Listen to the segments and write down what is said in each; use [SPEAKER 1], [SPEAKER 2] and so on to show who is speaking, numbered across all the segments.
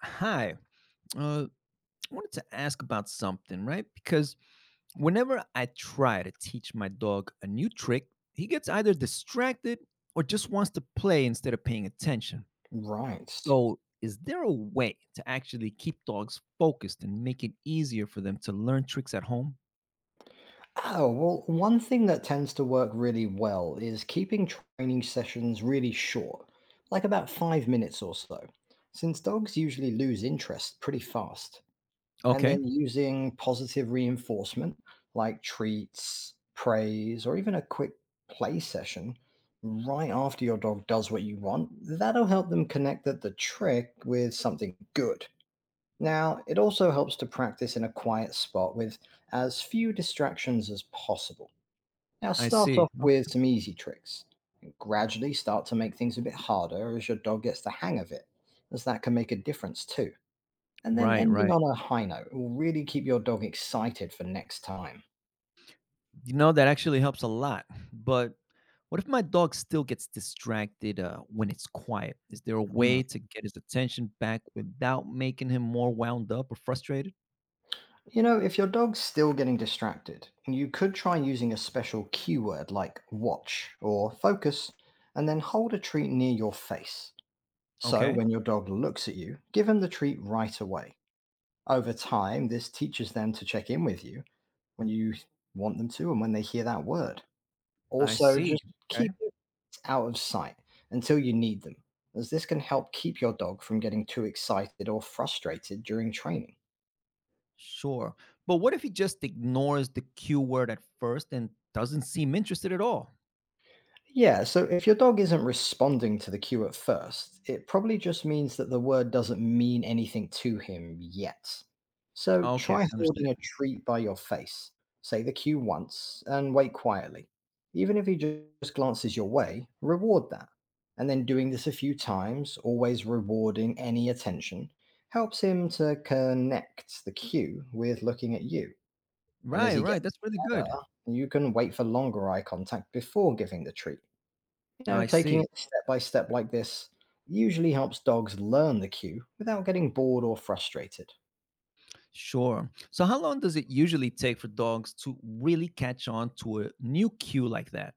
[SPEAKER 1] Hi. Uh, I wanted to ask about something, right? Because whenever I try to teach my dog a new trick, he gets either distracted or just wants to play instead of paying attention.
[SPEAKER 2] Right.
[SPEAKER 1] So, is there a way to actually keep dogs focused and make it easier for them to learn tricks at home?
[SPEAKER 2] Oh, well, one thing that tends to work really well is keeping training sessions really short, like about 5 minutes or so, since dogs usually lose interest pretty fast. And
[SPEAKER 1] Okay.
[SPEAKER 2] then using positive reinforcement, like treats, praise, or even a quick play session right after your dog does what you want, that'll help them connect that the trick with something good. Now, it also helps to practice in a quiet spot with as few distractions as possible. Now,
[SPEAKER 1] I
[SPEAKER 2] start
[SPEAKER 1] see.
[SPEAKER 2] off with
[SPEAKER 1] Okay.
[SPEAKER 2] some easy tricks and gradually start to make things a bit harder as your dog gets the hang of it, as that can make a difference too. And then
[SPEAKER 1] Right,
[SPEAKER 2] ending
[SPEAKER 1] right.
[SPEAKER 2] on a high note will really keep your dog excited for next time.
[SPEAKER 1] That actually helps a lot. But what if my dog still gets distracted when it's quiet? Is there a
[SPEAKER 2] Mm.
[SPEAKER 1] way to get his attention back without making him more wound up or frustrated?
[SPEAKER 2] You know, if your dog's still getting distracted, you could try using a special keyword like watch or focus, and then hold a treat near your face. So,
[SPEAKER 1] Okay,
[SPEAKER 2] when your dog looks at you, give him the treat right away. Over time, this teaches them to check in with you when you want them to and when they hear that word.
[SPEAKER 1] I
[SPEAKER 2] Also,
[SPEAKER 1] see.
[SPEAKER 2] just
[SPEAKER 1] Okay,
[SPEAKER 2] keep it out of sight until you need them, as this can help keep your dog from getting too excited or frustrated during training.
[SPEAKER 1] sure. But what if he just ignores the cue word at first and doesn't seem interested at all?
[SPEAKER 2] Yeah, so if your dog isn't responding to the cue at first, it probably just means that the word doesn't mean anything to him yet. So
[SPEAKER 1] Okay,
[SPEAKER 2] try
[SPEAKER 1] I understand.
[SPEAKER 2] holding a treat by your face. Say the cue once and wait quietly. Even if he just glances your way, reward that. And then doing this a few times, always rewarding any attention, helps him to connect the cue with looking at you. And as
[SPEAKER 1] Right,
[SPEAKER 2] he gets
[SPEAKER 1] right. That's really
[SPEAKER 2] better,
[SPEAKER 1] good.
[SPEAKER 2] you can wait for longer eye contact before giving the treat. You know,
[SPEAKER 1] I
[SPEAKER 2] taking
[SPEAKER 1] see.
[SPEAKER 2] it step by step like this usually helps dogs learn the cue without getting bored or frustrated.
[SPEAKER 1] Sure. So, how long does it usually take for dogs to really catch on to a new cue like that?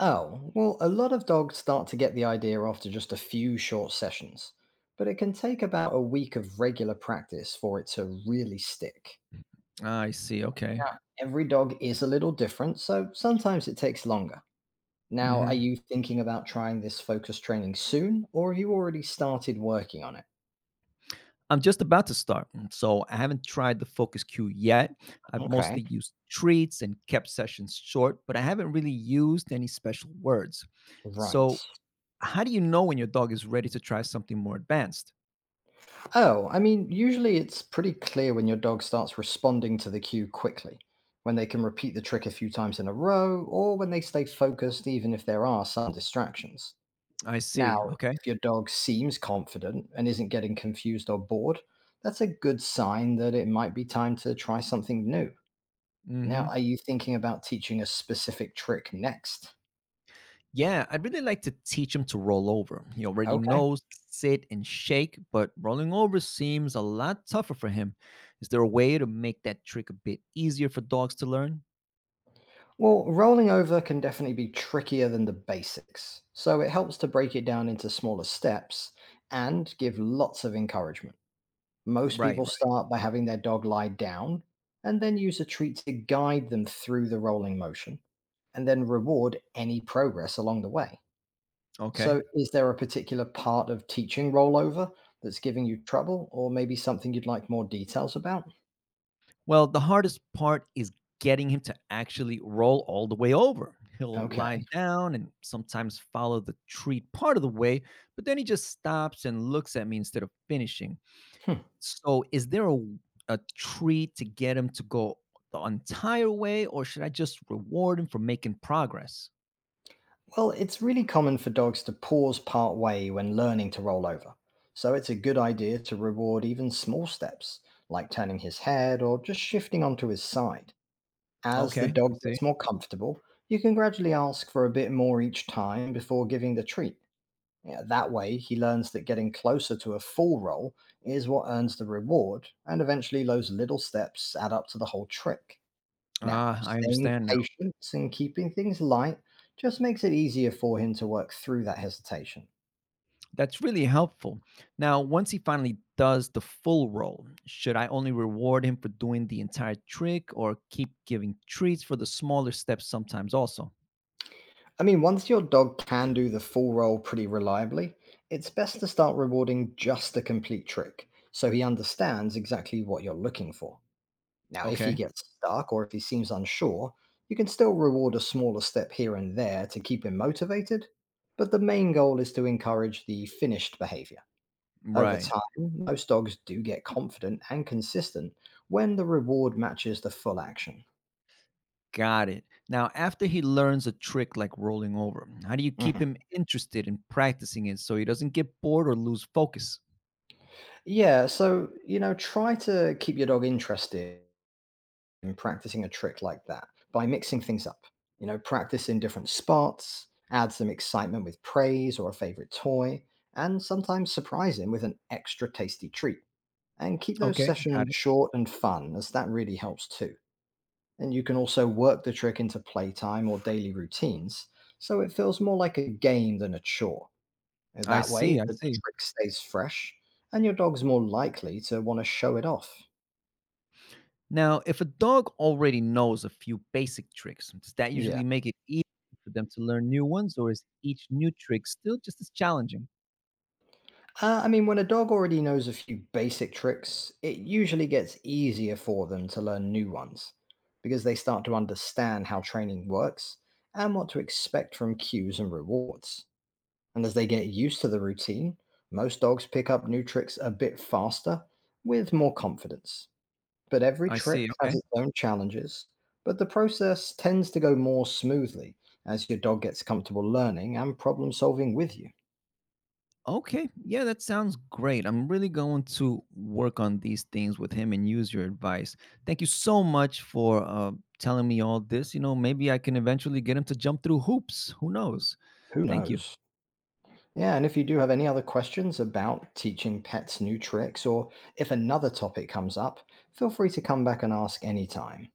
[SPEAKER 2] Oh, well, a lot of dogs start to get the idea after just a few short sessions, but it can take about a week of regular practice for it to really stick.
[SPEAKER 1] I see. Okay.
[SPEAKER 2] Now, every dog is a little different, so sometimes it takes longer. Now, are
[SPEAKER 1] hmm
[SPEAKER 2] you thinking about trying this focus training soon, or have you already started working on it?
[SPEAKER 1] I'm just about to start, so I haven't tried the focus cue yet. I've
[SPEAKER 2] Okay,
[SPEAKER 1] mostly used treats and kept sessions short, but I haven't really used any special words.
[SPEAKER 2] right.
[SPEAKER 1] So, how do you know when your dog is ready to try something more advanced?
[SPEAKER 2] Oh, I mean, usually it's pretty clear when your dog starts responding to the cue quickly, when they can repeat the trick a few times in a row, or when they stay focused even if there are some distractions.
[SPEAKER 1] I
[SPEAKER 2] Now,
[SPEAKER 1] see. Okay.
[SPEAKER 2] if your dog seems confident and isn't getting confused or bored, that's a good sign that it might be time to try something new. Now,
[SPEAKER 1] hmm
[SPEAKER 2] are you thinking about teaching a specific trick next?
[SPEAKER 1] Yeah, I'd really like to teach him to roll over. He already
[SPEAKER 2] Okay.
[SPEAKER 1] knows sit and shake, but rolling over seems a lot tougher for him. Is there a way to make that trick a bit easier for dogs to learn?
[SPEAKER 2] Well, rolling over can definitely be trickier than the basics, so it helps to break it down into smaller steps and give lots of encouragement. Most
[SPEAKER 1] Right.
[SPEAKER 2] people
[SPEAKER 1] Right.
[SPEAKER 2] start by having their dog lie down and then use a treat to guide them through the rolling motion and then reward any progress along the way.
[SPEAKER 1] Okay.
[SPEAKER 2] So, is there a particular part of teaching rollover that's giving you trouble or maybe something you'd like more details about?
[SPEAKER 1] Well, the hardest part is getting him to actually roll all the way over. He'll lie
[SPEAKER 2] Okay.
[SPEAKER 1] down and sometimes follow the treat part of the way, but then he just stops and looks at me instead of finishing.
[SPEAKER 2] Hmm.
[SPEAKER 1] So, is there a treat to get him to go the entire way, or should I just reward him for making progress?
[SPEAKER 2] Well, it's really common for dogs to pause part way when learning to roll over. So it's a good idea to reward even small steps, like turning his head or just shifting onto his side. As the
[SPEAKER 1] Okay, you
[SPEAKER 2] dog
[SPEAKER 1] see?
[SPEAKER 2] gets more comfortable, you can gradually ask for a bit more each time before giving the treat. Yeah, that way, he learns that getting closer to a full roll is what earns the reward, and eventually, those little steps add up to the whole trick. Now,
[SPEAKER 1] Ah, I
[SPEAKER 2] staying
[SPEAKER 1] understand.
[SPEAKER 2] patient and keeping things light just makes it easier for him to work through that hesitation.
[SPEAKER 1] That's really helpful. Now, once he finally does the full roll, should I only reward him for doing the entire trick or keep giving treats for the smaller steps sometimes also?
[SPEAKER 2] I mean, once your dog can do the full roll pretty reliably, it's best to start rewarding just the complete trick so he understands exactly what you're looking for. Now, if he
[SPEAKER 1] Okay.
[SPEAKER 2] gets stuck or if he seems unsure, you can still reward a smaller step here and there to keep him motivated, but the main goal is to encourage the finished behavior. Over
[SPEAKER 1] Right.
[SPEAKER 2] time, most dogs do get confident and consistent when the reward matches the full action.
[SPEAKER 1] Got it. Now, after he learns a trick like rolling over, how do you keep
[SPEAKER 2] Mhm.
[SPEAKER 1] him interested in practicing it so he doesn't get bored or lose focus?
[SPEAKER 2] Yeah, so, you know, try to keep your dog interested in practicing a trick like that by mixing things up. You know, practice in different spots, add some excitement with praise or a favorite toy, and sometimes surprise him with an extra tasty treat. And keep those
[SPEAKER 1] Okay.
[SPEAKER 2] sessions
[SPEAKER 1] Got it.
[SPEAKER 2] short and fun, as that really helps too. And you can also work the trick into playtime or daily routines, so it feels more like a game than a chore.
[SPEAKER 1] I
[SPEAKER 2] That way,
[SPEAKER 1] see. I
[SPEAKER 2] the
[SPEAKER 1] see.
[SPEAKER 2] trick stays fresh, and your dog's more likely to want to show it off.
[SPEAKER 1] Now, if a dog already knows a few basic tricks, does that
[SPEAKER 2] Yeah.
[SPEAKER 1] usually make it easy for them to learn new ones, or is each new trick still just as challenging?
[SPEAKER 2] I mean, when a dog already knows a few basic tricks, it usually gets easier for them to learn new ones because they start to understand how training works and what to expect from cues and rewards. And as they get used to the routine, most dogs pick up new tricks a bit faster with more confidence. But every
[SPEAKER 1] I see.
[SPEAKER 2] trick has
[SPEAKER 1] Okay.
[SPEAKER 2] its own challenges, but the process tends to go more smoothly as your dog gets comfortable learning and problem solving with you.
[SPEAKER 1] Okay. Yeah, that sounds great. I'm really going to work on these things with him and use your advice. Thank you so much for telling me all this. You know, maybe I can eventually get him to jump through hoops. Who knows?
[SPEAKER 2] Who
[SPEAKER 1] Thank you.
[SPEAKER 2] knows? Yeah, and if you do have any other questions about teaching pets new tricks or if another topic comes up, feel free to come back and ask anytime.